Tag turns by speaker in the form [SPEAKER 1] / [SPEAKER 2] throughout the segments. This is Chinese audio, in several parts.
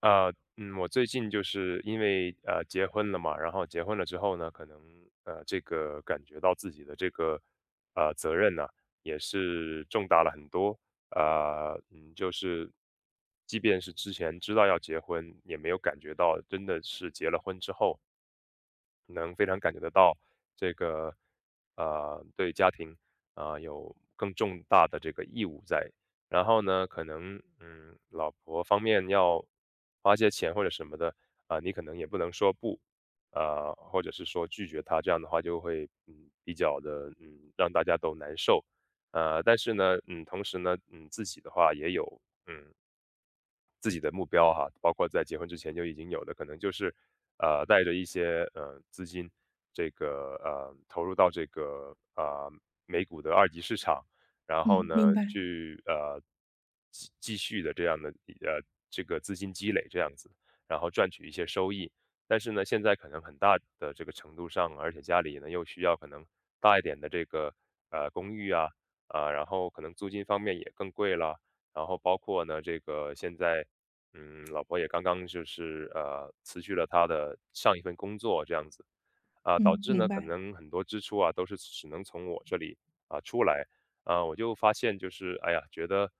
[SPEAKER 1] 啊，嗯，我最近就是因为结婚了嘛，然后结婚了之后呢，可能这个感觉到自己的这个责任呢、也是重大了很多，嗯，就是即便是之前知道要结婚，也没有感觉到真的是结了婚之后，能非常感觉得到这个对家庭啊、有更重大的这个义务在。然后呢，可能嗯老婆方面要花些钱或者什么的啊、你可能也不能说不。啊、或者是说拒绝他，这样的话就会嗯比较的嗯让大家都难受，但是呢，嗯，同时呢，嗯，自己的话也有自己的目标哈，包括在结婚之前就已经有的，可能就是，带着一些资金，这个投入到这个美股的二级市场，然后
[SPEAKER 2] 嗯，
[SPEAKER 1] 呢
[SPEAKER 2] 明白。
[SPEAKER 1] 去继续的这样的这个资金积累这样子，然后赚取一些收益。但是呢，现在可能很大的这个程度上，而且家里呢又需要可能大一点的这个公寓啊啊、然后可能租金方面也更贵了，然后包括呢这个现在嗯，老婆也刚刚就是辞去了她的上一份工作这样子，啊、导
[SPEAKER 2] 嗯，
[SPEAKER 1] 致
[SPEAKER 2] 明
[SPEAKER 1] 呢可
[SPEAKER 2] 白。
[SPEAKER 1] 能很多支出啊都是只能从我这里啊、出来，啊、我就发现就是哎呀，觉得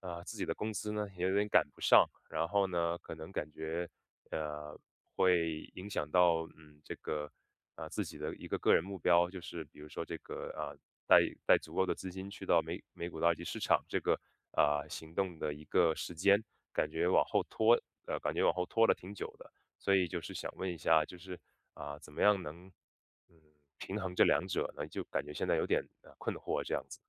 [SPEAKER 1] 啊、自己的工资呢也有点赶不上，然后呢可能感觉呃会影响到嗯这个啊，自己的一个个人目标，就是比如说这个啊，带带足够的资金去到美股的二级市场这个啊、行动的一个时间，感觉往后拖，感觉往后拖了挺久的，所以就是想问一下，就是啊、怎么样能嗯平衡这两者呢？就感觉现在有点困惑这样子。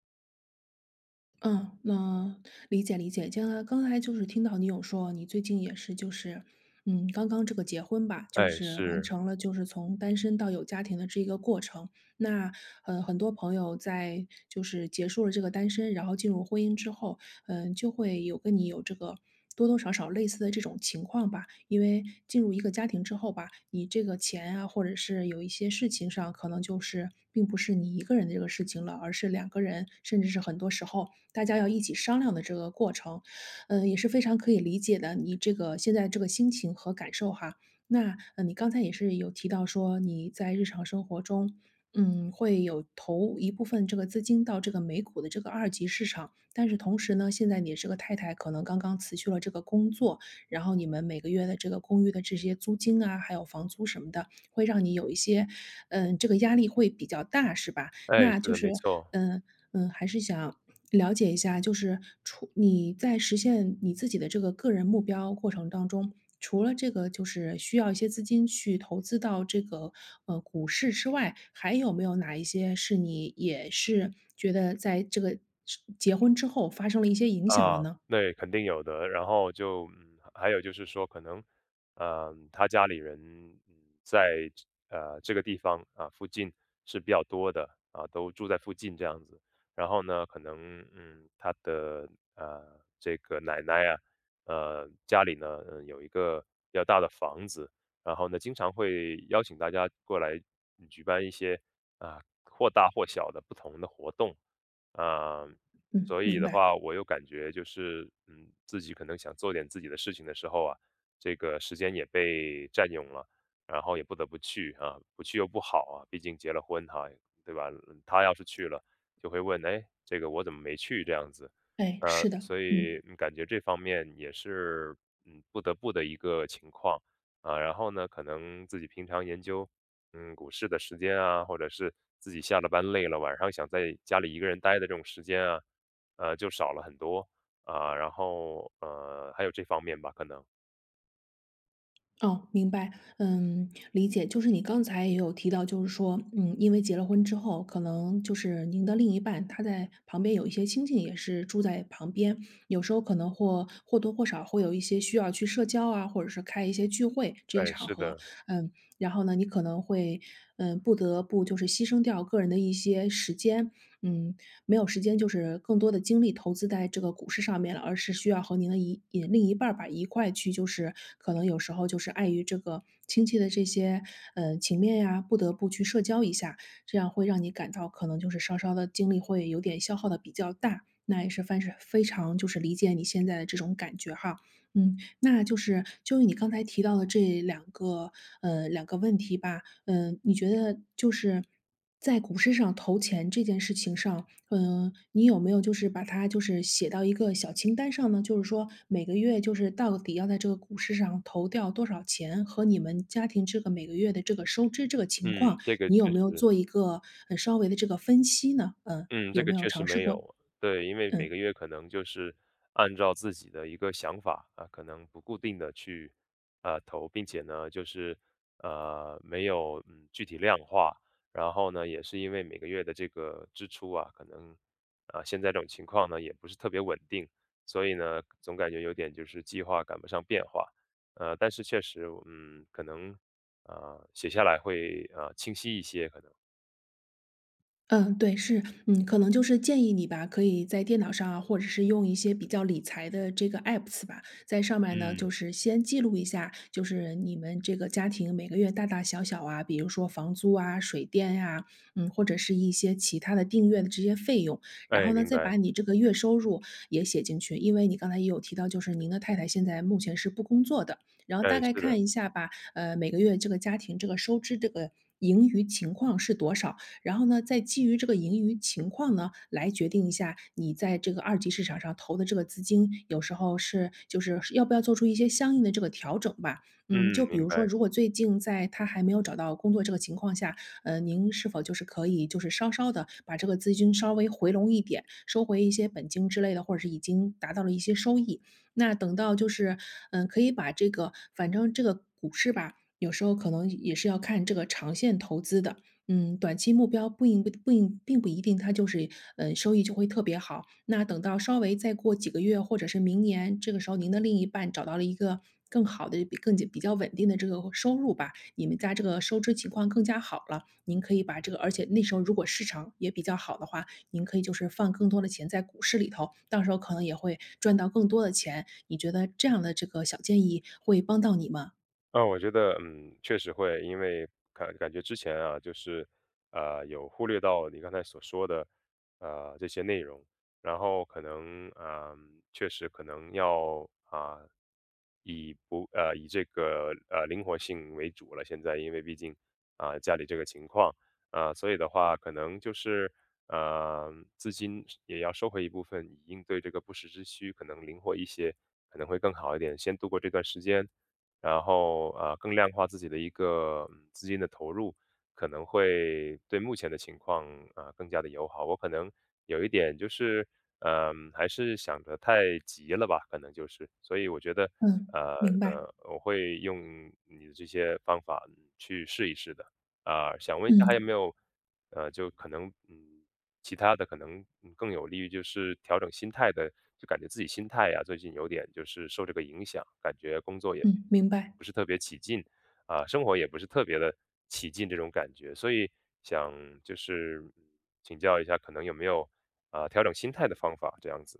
[SPEAKER 2] 嗯，那理解理解。刚才就是听到你有说，你最近也是就是，刚刚这个结婚吧，就
[SPEAKER 1] 哎，
[SPEAKER 2] 是完
[SPEAKER 1] 是，
[SPEAKER 2] 成了就是从单身到有家庭的这一个过程。那很多朋友在就是结束了这个单身，然后进入婚姻之后，就会有跟你有这个多多少少类似的这种情况吧。因为进入一个家庭之后吧，你这个钱啊，或者是有一些事情上，可能就是并不是你一个人的这个事情了，而是两个人，甚至是很多时候大家要一起商量的这个过程。嗯，也是非常可以理解的，你这个现在这个心情和感受哈。那你刚才也是有提到说，你在日常生活中会有投一部分这个资金到这个美股的这个二级市场，但是同时呢，现在你这个太太可能刚刚辞去了这个工作，然后你们每个月的这个公寓的这些租金啊，还有房租什么的，会让你有一些，这个压力会比较大，是吧？
[SPEAKER 1] 哎，
[SPEAKER 2] 那
[SPEAKER 1] 是
[SPEAKER 2] 就
[SPEAKER 1] 的，
[SPEAKER 2] 是，
[SPEAKER 1] 没错，
[SPEAKER 2] 嗯还是想了解一下，就是除你在实现你自己的这个个人目标过程当中，除了这个就是需要一些资金去投资到这个股市之外，还有没有哪一些是你也是觉得在这个是结婚之后发生了一些影响了
[SPEAKER 1] 啊，
[SPEAKER 2] 呢？
[SPEAKER 1] 那肯定有的。然后就嗯，还有就是说，可能，嗯，他家里人嗯，在这个地方啊附近是比较多的啊，都住在附近这样子。然后呢，可能嗯，他的这个奶奶啊，家里呢，嗯，有一个比较大的房子，然后呢，经常会邀请大家过来嗯举办一些啊或大或小的不同的活动。啊、
[SPEAKER 2] 嗯，
[SPEAKER 1] 所以
[SPEAKER 2] 明
[SPEAKER 1] 的
[SPEAKER 2] 白。
[SPEAKER 1] 话，我又感觉就是，嗯，自己可能想做点自己的事情的时候啊，这个时间也被占用了，然后也不得不去啊，不去又不好啊，毕竟结了婚哈、对吧？嗯他要是去了，就会问，哎，这个我怎么没去这样子？
[SPEAKER 2] 哎，是的。
[SPEAKER 1] 所
[SPEAKER 2] 嗯。
[SPEAKER 1] 以嗯感觉这方面也是，嗯，不得不的一个情况啊。然后呢，可能自己平常研究，嗯，股市的时间啊，或者是自己下了班累了，晚上想在家里一个人待的这种时间啊。就少了很多啊，然后还有这方面吧，可能。
[SPEAKER 2] 哦，明白。嗯，理解。就是你刚才也有提到，就是说，因为结了婚之后，可能就是您的另一半他在旁边有一些亲戚也是住在旁边，有时候可能或多或少会有一些需要去社交啊，或者是开一些聚会这些
[SPEAKER 1] 哎，
[SPEAKER 2] 场
[SPEAKER 1] 是
[SPEAKER 2] 合。
[SPEAKER 1] 的，
[SPEAKER 2] 嗯，然后呢,你可能会，不得不就是牺牲掉个人的一些时间，嗯，没有时间就是更多的精力投资在这个股市上面了，而是需要和您的另一半儿吧一块去，就是可能有时候就是碍于这个亲戚的这些情面呀，不得不去社交一下，这样会让你感到可能就是稍稍的精力会有点消耗的比较大。那也是凡是非常就是理解你现在的这种感觉哈。嗯，那就是就你刚才提到的这两个问题吧。嗯、你觉得就是在股市上投钱这件事情上，你有没有就是把它就是写到一个小清单上呢？就是说每个月就是到底要在这个股市上投掉多少钱，和你们家庭这个每个月的这个收支这个情
[SPEAKER 1] 嗯，
[SPEAKER 2] 况，
[SPEAKER 1] 这个
[SPEAKER 2] 你有
[SPEAKER 1] 确
[SPEAKER 2] 没有
[SPEAKER 1] 实。
[SPEAKER 2] 做一个，稍微的这个分析呢？嗯，
[SPEAKER 1] 嗯，
[SPEAKER 2] 有
[SPEAKER 1] 这个
[SPEAKER 2] 没有
[SPEAKER 1] 确实
[SPEAKER 2] 尝试
[SPEAKER 1] 没
[SPEAKER 2] 过？
[SPEAKER 1] 有。对，因为每
[SPEAKER 2] 嗯。
[SPEAKER 1] 个月可能就是按照自己的一个想法啊，可能不固定的去，啊投，并且呢，就是没有嗯具体量化。然后呢，也是因为每个月的这个支出啊，可能啊、现在这种情况呢也不是特别稳定，所以呢，总感觉有点就是计划赶不上变化。但是确实，嗯，可能啊、写下来会啊、清晰一些，可能。
[SPEAKER 2] 嗯，对，是。嗯，可能就是建议你吧，可以在电脑上啊，或者是用一些比较理财的这个 apps 吧，在上面呢，就
[SPEAKER 1] 嗯，
[SPEAKER 2] 是先记录一下，就是你们这个家庭每个月大大小小啊，比如说房租啊、水电呀、或者是一些其他的订阅的这些费用。然后
[SPEAKER 1] 哎，
[SPEAKER 2] 呢，
[SPEAKER 1] 明
[SPEAKER 2] 再
[SPEAKER 1] 白。
[SPEAKER 2] 把你这个月收入也写进去，因为你刚才也有提到，就是您的太太现在目前是不工作的，然后
[SPEAKER 1] 哎，
[SPEAKER 2] 大概
[SPEAKER 1] 是的。
[SPEAKER 2] 看一下吧，每个月这个家庭这个收支这个盈余情况是多少。然后呢，再基于这个盈余情况呢，来决定一下你在这个二级市场上投的这个资金，有时候是就是要不要做出一些相应的这个调整吧。嗯，就
[SPEAKER 1] 嗯，
[SPEAKER 2] 比
[SPEAKER 1] 明
[SPEAKER 2] 如说，
[SPEAKER 1] 白。
[SPEAKER 2] 如果最近在他还没有找到工作这个情况下，您是否就是可以就是稍稍的把这个资金稍微回笼一点，收回一些本金之类的，或者是已经达到了一些收益。那等到就是，可以把这个，反正这个股市吧，有时候可能也是要看这个长线投资的。嗯，短期目标不应不不一并不一定它就是，收益就会特别好。那等到稍微再过几个月或者是明年，这个时候您的另一半找到了一个更好的、比较稳定的这个收入吧，你们家这个收支情况更加好了，您可以把这个而且那时候如果市场也比较好的话，您可以就是放更多的钱在股市里头，到时候可能也会赚到更多的钱。你觉得这样的这个小建议会帮到你吗？
[SPEAKER 1] 啊，我觉得，嗯，确实会，因为感觉之前啊，就是，啊，有忽略到你刚才所说的，这些内容，然后可能，嗯、确实可能要啊、以不以这个，灵活性为主了，现在因为毕竟，啊，家里这个情况，啊，所以的话可能就是，资金也要收回一部分，以应对这个不时之需，可能灵活一些，可能会更好一点，先度过这段时间。然后，更量化自己的一个，嗯，资金的投入，可能会对目前的情况，啊，更加的友好。我可能有一点就是，嗯还是想得太急了吧，可能就是。所以我觉得
[SPEAKER 2] 嗯，
[SPEAKER 1] 呃
[SPEAKER 2] 明白。
[SPEAKER 1] 我会用你的这些方法，嗯去试一试的。啊，想问一下还有
[SPEAKER 2] 嗯。
[SPEAKER 1] 没有，就可能，嗯，其他的可能，嗯更有利于就是调整心态的，就感觉自己心态呀，最近有点就是受这个影响，感觉工作也
[SPEAKER 2] 嗯，明白。
[SPEAKER 1] 不是特别起劲，啊，生活也不是特别的起劲这种感觉，所以想就是嗯请教一下，可能有没有啊，调整心态的方法这样子？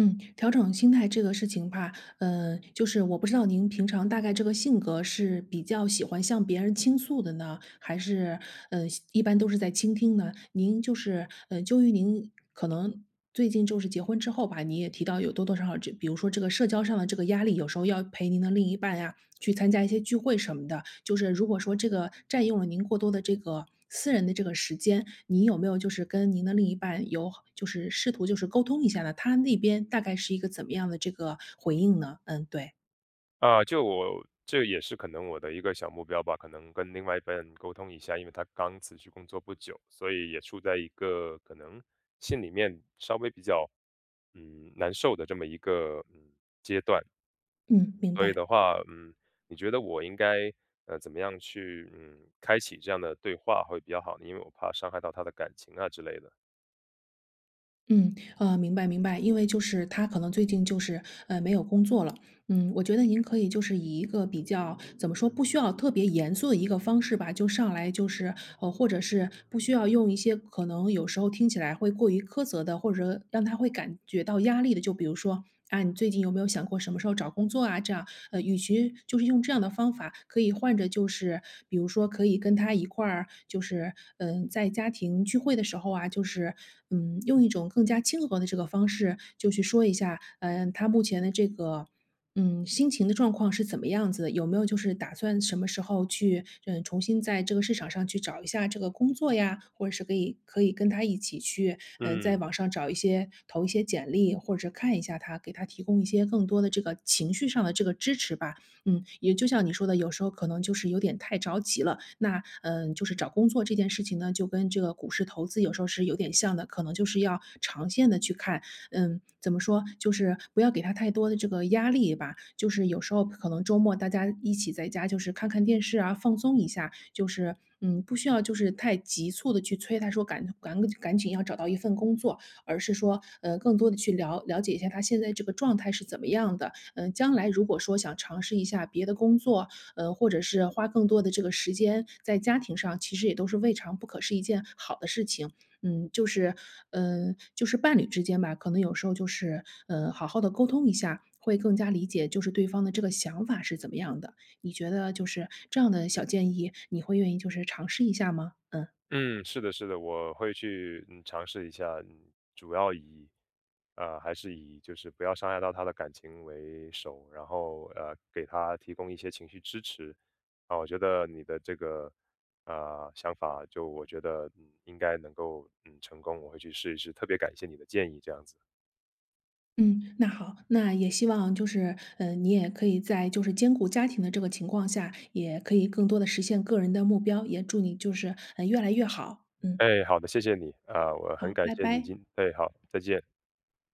[SPEAKER 2] 嗯，调整心态这个事情吧，就是我不知道您平常大概这个性格是比较喜欢向别人倾诉的呢，还是一般都是在倾听呢？您就是嗯，就于您可能最近就是结婚之后吧，你也提到有多多少少这比如说这个社交上的这个压力，有时候要陪您的另一半呀，去参加一些聚会什么的。就是如果说这个占用了您过多的这个私人的这个时间，您有没有就是跟您的另一半有就是试图就是沟通一下呢？他那边大概是一个怎么样的这个回应呢？嗯，对。
[SPEAKER 1] 啊，就我这也是可能我的一个小目标吧，可能跟另外一半沟通一下，因为他刚辞去工作不久，所以也处在一个可能心里面稍微比较嗯难受的这么一个嗯，
[SPEAKER 2] 嗯，明
[SPEAKER 1] 所以
[SPEAKER 2] 白。
[SPEAKER 1] 的话嗯，你觉得我应该怎么样去嗯开启这样的对话会比较好呢？因为我怕伤害到他的感情啊之类的。
[SPEAKER 2] 嗯，明白明白，因为就是他可能最近就是没有工作了。嗯，我觉得您可以就是以一个比较怎么说，不需要特别严肃的一个方式吧，就上来就是或者是不需要用一些可能有时候听起来会过于苛责的，或者让他会感觉到压力的，就比如说。啊，你最近有没有想过什么时候找工作啊？这样，与其就是用这样的方法，可以换着就是，比如说可以跟他一块儿，就是在家庭聚会的时候啊，就是用一种更加亲和的这个方式，就去说一下，嗯、他目前的这个。嗯，心情的状况是怎么样子的？有没有就是打算什么时候去，重新在这个市场上去找一下这个工作呀？或者是可以跟他一起去，在
[SPEAKER 1] 嗯。
[SPEAKER 2] 网上找一些投一些简历，或者看一下他，给他提供一些更多的这个情绪上的这个支持吧。嗯，也就像你说的，有时候可能就是有点太着急了。那嗯，就是找工作这件事情呢，就跟这个股市投资有时候是有点像的，可能就是要长线的去看。嗯，怎么说，就是不要给他太多的这个压力吧。就是有时候可能周末大家一起在家，就是看看电视啊，放松一下，就是不需要就是太急促的去催他说赶紧要找到一份工作，而是说更多的去了解一下他现在这个状态是怎么样的。嗯、将来如果说想尝试一下别的工作，或者是花更多的这个时间在家庭上，其实也都是未尝不可是一件好的事情。嗯，就是，就是伴侣之间吧，可能有时候就是，好好的沟通一下，会更加理解就是对方的这个想法是怎么样的。你觉得就是这样的小建议，你会愿意就是尝试一下吗？
[SPEAKER 1] 嗯，是的，是的，我会去嗯尝试一下，嗯，主要以还是以就是不要伤害到他的感情为首，然后给他提供一些情绪支持啊，我觉得你的这个想法就我觉得嗯应该能够嗯成功，我会去试一试，特别感谢你的建议，这样子。
[SPEAKER 2] 嗯，那好，那也希望就是，你也可以在就是兼顾家庭的这个情况下，也可以更多的实现个人的目标，也祝你就是，越来越好。嗯，
[SPEAKER 1] 哎，好的，谢谢你啊，我很
[SPEAKER 2] 好，
[SPEAKER 1] 感
[SPEAKER 2] 拜
[SPEAKER 1] 谢你
[SPEAKER 2] 拜。
[SPEAKER 1] 今，对，好，再见。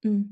[SPEAKER 2] 嗯。